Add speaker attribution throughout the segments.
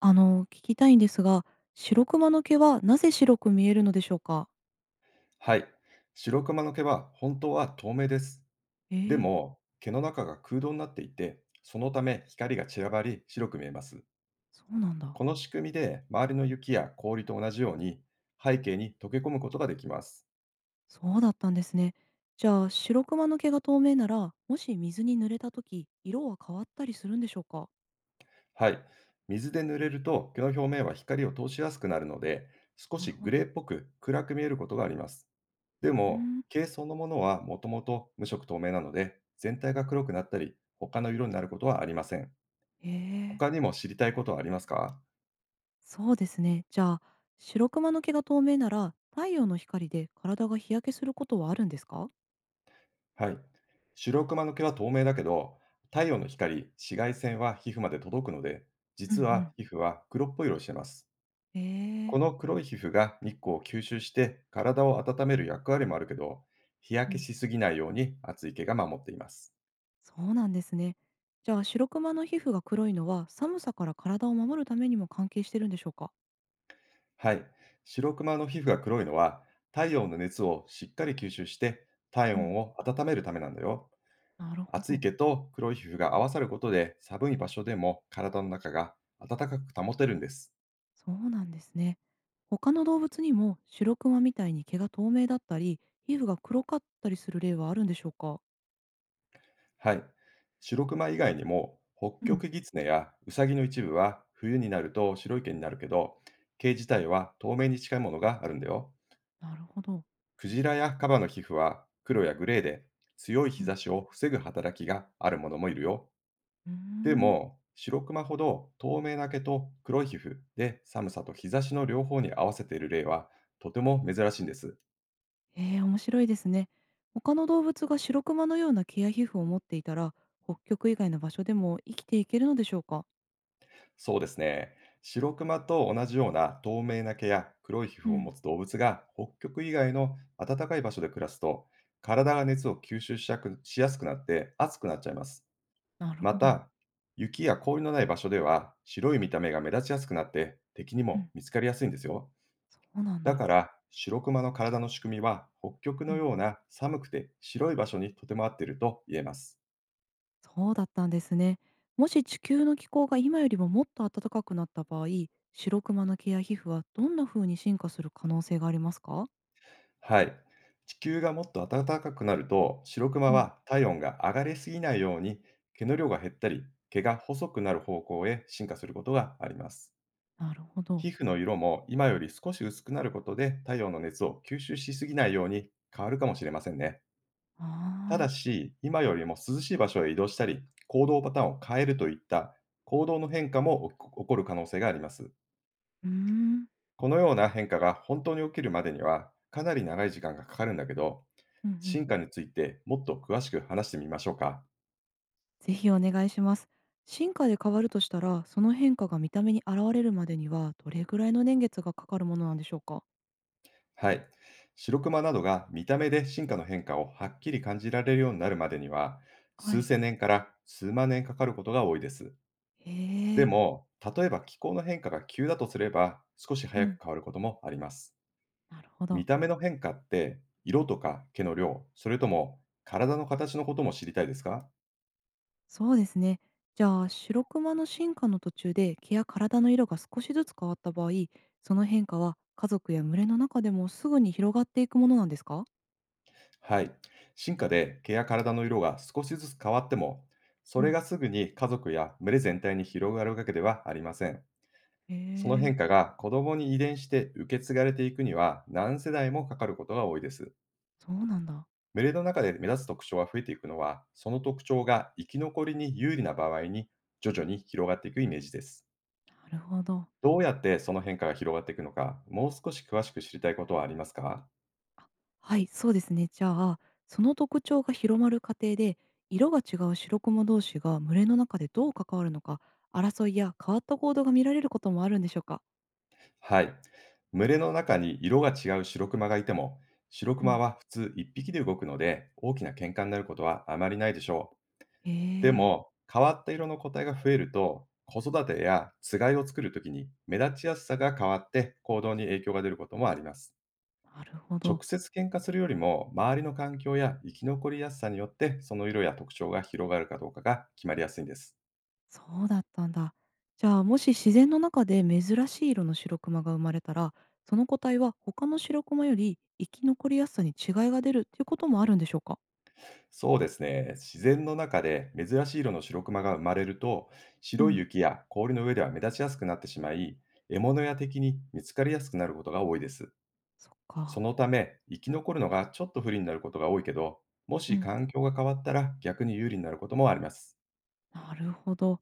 Speaker 1: 聞きたいんですが、白クマの毛はなぜ白く見えるのでしょうか？
Speaker 2: はい。白クマの毛は本当は透明です。
Speaker 1: え
Speaker 2: で
Speaker 1: ー
Speaker 2: も、毛の中が空洞になっていて、そのため光が散らばり白く見えます。
Speaker 1: そうなんだ。
Speaker 2: この仕組みで周りの雪や氷と同じように背景に溶け込むことができます。
Speaker 1: そうだったんですね。じゃあ、白クマの毛が透明なら、もし水に濡れた時、色は変わったりするんでしょうか？
Speaker 2: はい。水で濡れると毛の表面は光を通しやすくなるので、少
Speaker 1: な
Speaker 2: し
Speaker 1: るほ
Speaker 2: グレー
Speaker 1: ど。
Speaker 2: っぽく暗く見えることがあります。
Speaker 1: うー
Speaker 2: でも、
Speaker 1: ん。
Speaker 2: 毛そのものはもともと無色透明なので、全体が黒くなったり、他の色になることはありません。
Speaker 1: えー、
Speaker 2: 他にも知りたいことはありますか？
Speaker 1: そうですね。じゃあ、白クマの毛が透明なら、太陽の光で体が日焼けすることはあるんですか？
Speaker 2: はい。白クマの毛は透明だけど、太陽の光、紫外線は皮膚まで届くので、
Speaker 1: うんう
Speaker 2: 実は
Speaker 1: ん。
Speaker 2: 皮膚は黒っぽい色をしてます。
Speaker 1: え
Speaker 2: こ
Speaker 1: ー
Speaker 2: の黒い皮膚が日光を吸収して体を温める役割もあるけど、日
Speaker 1: う
Speaker 2: 焼け
Speaker 1: ん。
Speaker 2: しすぎないように厚い毛が守っています。
Speaker 1: そうなんですね。じゃあ白クマの皮膚が黒いのは寒さから体を守るためにも関係してるんでしょうか？
Speaker 2: はい。白クマの皮膚が黒いのは、太陽の熱をしっかり吸収して体
Speaker 1: うん、
Speaker 2: 温を温めるためなんだよ。
Speaker 1: なるほ
Speaker 2: 厚い
Speaker 1: ど。
Speaker 2: 毛と黒い皮膚が合わさることで、寒い場所でも体の中が暖かく保てるんです。
Speaker 1: そうなんですね。他の動物にも白クマみたいに毛が透明だったり皮膚が黒かったりする例はあるんでしょうか？
Speaker 2: はい。白クマ以外にも、北
Speaker 1: うん、
Speaker 2: 極ギツネやウサギの一部は冬になると白い毛になるけど、毛自体は透明に近いものがあるんだよ。
Speaker 1: なるほど。
Speaker 2: クジラやカバの皮膚は黒やグレーで、強い
Speaker 1: う
Speaker 2: 日
Speaker 1: ん、
Speaker 2: 差しを防ぐ働きがあるものもいるよ。
Speaker 1: うー
Speaker 2: で
Speaker 1: ん。
Speaker 2: も、白クマほど透明な毛と黒い皮膚で寒さと日差しの両方に合わせている例はとても珍しいんです。
Speaker 1: えー、面白いですね。他の動物が白クマのような毛や皮膚を持っていたら北極以外の場所でも生きていけるのでしょうか？
Speaker 2: そうですね。白クマと同じような透明な毛や黒い皮
Speaker 1: う
Speaker 2: 膚を持
Speaker 1: ん、
Speaker 2: つ動物が北極以外の暖かい場所で暮らすと、体が熱を吸収しやくしやすくなって熱くなっちゃいます。
Speaker 1: なる
Speaker 2: ま
Speaker 1: ほど。
Speaker 2: た、雪や氷のない場所では白い見た目が目立ちやすくなって敵に
Speaker 1: う
Speaker 2: も
Speaker 1: ん、
Speaker 2: 見つかりやすいんですよ。
Speaker 1: そうなん
Speaker 2: だ
Speaker 1: だ。
Speaker 2: から、白クマの体の仕組みは北極のような寒くて白い場所にとても合っていると言えます。
Speaker 1: そうだったんですね。もし地球の気候が今よりももっと暖かくなった場合、シロクマの毛や皮膚はどんな風に進化する可能性がありますか？
Speaker 2: はい。地球がもっと暖かくなると、白クマ
Speaker 1: うん、
Speaker 2: は体温が上がりすぎないように、毛の量が減ったり、毛が細くなる方向へ進化することがあります。
Speaker 1: なるほど。
Speaker 2: 皮膚の色も今より少し薄くなることで、太陽の熱を吸収しすぎないように変わるかもしれませんね。
Speaker 1: あ
Speaker 2: ただ
Speaker 1: あ、
Speaker 2: し、今よりも涼しい場所へ移動したり、行動パターンを変えるといった行動の変化も起こる可能性があります。
Speaker 1: うーん、
Speaker 2: このような変化が本当に起きるまでには、かなり長い時間がかかるんだけど、
Speaker 1: うんうん。
Speaker 2: 進化についてもっと詳しく話してみましょうか。
Speaker 1: ぜひお願いします。進化で変わるとしたら、その変化が見た目に現れるまでには、どれぐらいの年月がかかるものなんでしょうか？
Speaker 2: はい。白クマなどが見た目で進化の変化をはっきり感じられるようになるまでには、
Speaker 1: は
Speaker 2: 数
Speaker 1: い。
Speaker 2: 千年から数万年かかることが多いです。
Speaker 1: へ
Speaker 2: で
Speaker 1: え、
Speaker 2: も、例えば気候の変化が急だとすれば、少し
Speaker 1: う
Speaker 2: 早く
Speaker 1: ん、
Speaker 2: 変わることもあります。
Speaker 1: なるほど。
Speaker 2: 見た目の変化って、色とか毛の量、それとも体の形のことも知りたいですか？
Speaker 1: そうですね。じゃあ、白クマの進化の途中で毛や体の色が少しずつ変わった場合、その変化は家族や群れの中でもすぐに広がっていくものなんですか？
Speaker 2: はい。進化で毛や体の色が少しずつ変わっても、
Speaker 1: う
Speaker 2: それ
Speaker 1: ん、
Speaker 2: がすぐに家族や群れ全体に広がるわけではありません。
Speaker 1: へ
Speaker 2: その
Speaker 1: え、
Speaker 2: 変化が子供に遺伝して受け継がれていくには何世代もかかることが多いです。
Speaker 1: そうなんだ。
Speaker 2: 群れの中で目立つ特徴が増えていくのは、その特徴が生き残りに有利な場合に徐々に広がっていくイメージです。
Speaker 1: なるほど。
Speaker 2: どうやってその変化が広がっていくのか、もう少し詳しく知りたいことはありますか？
Speaker 1: はい、そうですね。じゃあ、その特徴が広まる過程で、色が違う白クマ同士が群れの中でどう関わるのか、争いや変わった行動が見られることもあるんでしょうか？
Speaker 2: はい。群れの中に色が違うシロクマがいても、シロ
Speaker 1: う
Speaker 2: クマ
Speaker 1: ん
Speaker 2: は普通一匹で動くので、大きな喧嘩になることはあまりないでしょ
Speaker 1: へ
Speaker 2: う。で
Speaker 1: え、
Speaker 2: も、変わった色の個体が増えると、子育てやつがいを作るときに目立ちやすさが変わって行動に影響が出ることもあります。
Speaker 1: なるほ
Speaker 2: 直
Speaker 1: ど。
Speaker 2: 接喧嘩するよりも、周りの環境や生き残りやすさによって、その色や特徴が広がるかどうかが決まりやすいんです。
Speaker 1: そうだったんだ。じゃあ、もし自然の中で珍しい色の白クマが生まれたら、その個体は他の白クマより生き残りやすさに違いが出るっていうこともあるんでしょうか？
Speaker 2: そうですね。自然の中で珍しい色の白クマが生まれると、
Speaker 1: う
Speaker 2: 白い
Speaker 1: ん、
Speaker 2: 雪や氷の上では目立ちやすくなってしまい、獲物や敵に見つかりやすくなることが多いです。
Speaker 1: そっ
Speaker 2: そ
Speaker 1: か。
Speaker 2: のため、生き残るのがちょっと不利になることが多いけど、も
Speaker 1: う
Speaker 2: し
Speaker 1: ん、
Speaker 2: 環境が変わったら逆に有利になることもあります。
Speaker 1: なるほど。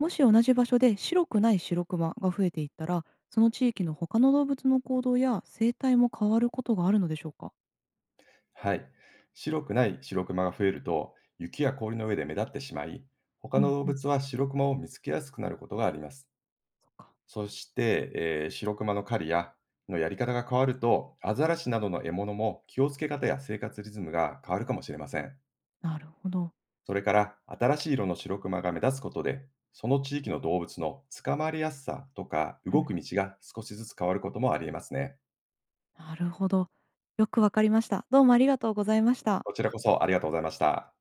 Speaker 1: もし同じ場所で白くない白クマが増えていったら、その地域の他の動物の行動や生態も変わることがあるのでしょうか？
Speaker 2: はい。白くない白クマが増えると、雪や氷の上で目立ってしまい、
Speaker 1: う
Speaker 2: 他の
Speaker 1: ん、
Speaker 2: 動
Speaker 1: うん、
Speaker 2: 物は白クマを見つけやすくなることがあります。
Speaker 1: そっか。
Speaker 2: そして、白クマの狩りやのやり方が変わると、アザラシなどの獲物も気をつけ方や生活リズムが変わるかもしれません。
Speaker 1: なるほど。
Speaker 2: それから、新しい色の白クマが目立つことで、その地域の動物の捕まりやすさとか
Speaker 1: う
Speaker 2: 動
Speaker 1: ん。
Speaker 2: く道が少しずつ変わることもありえますね。
Speaker 1: なるほど。よくわかりました。どうもありがとうございました。
Speaker 2: こちらこそありがとうございました。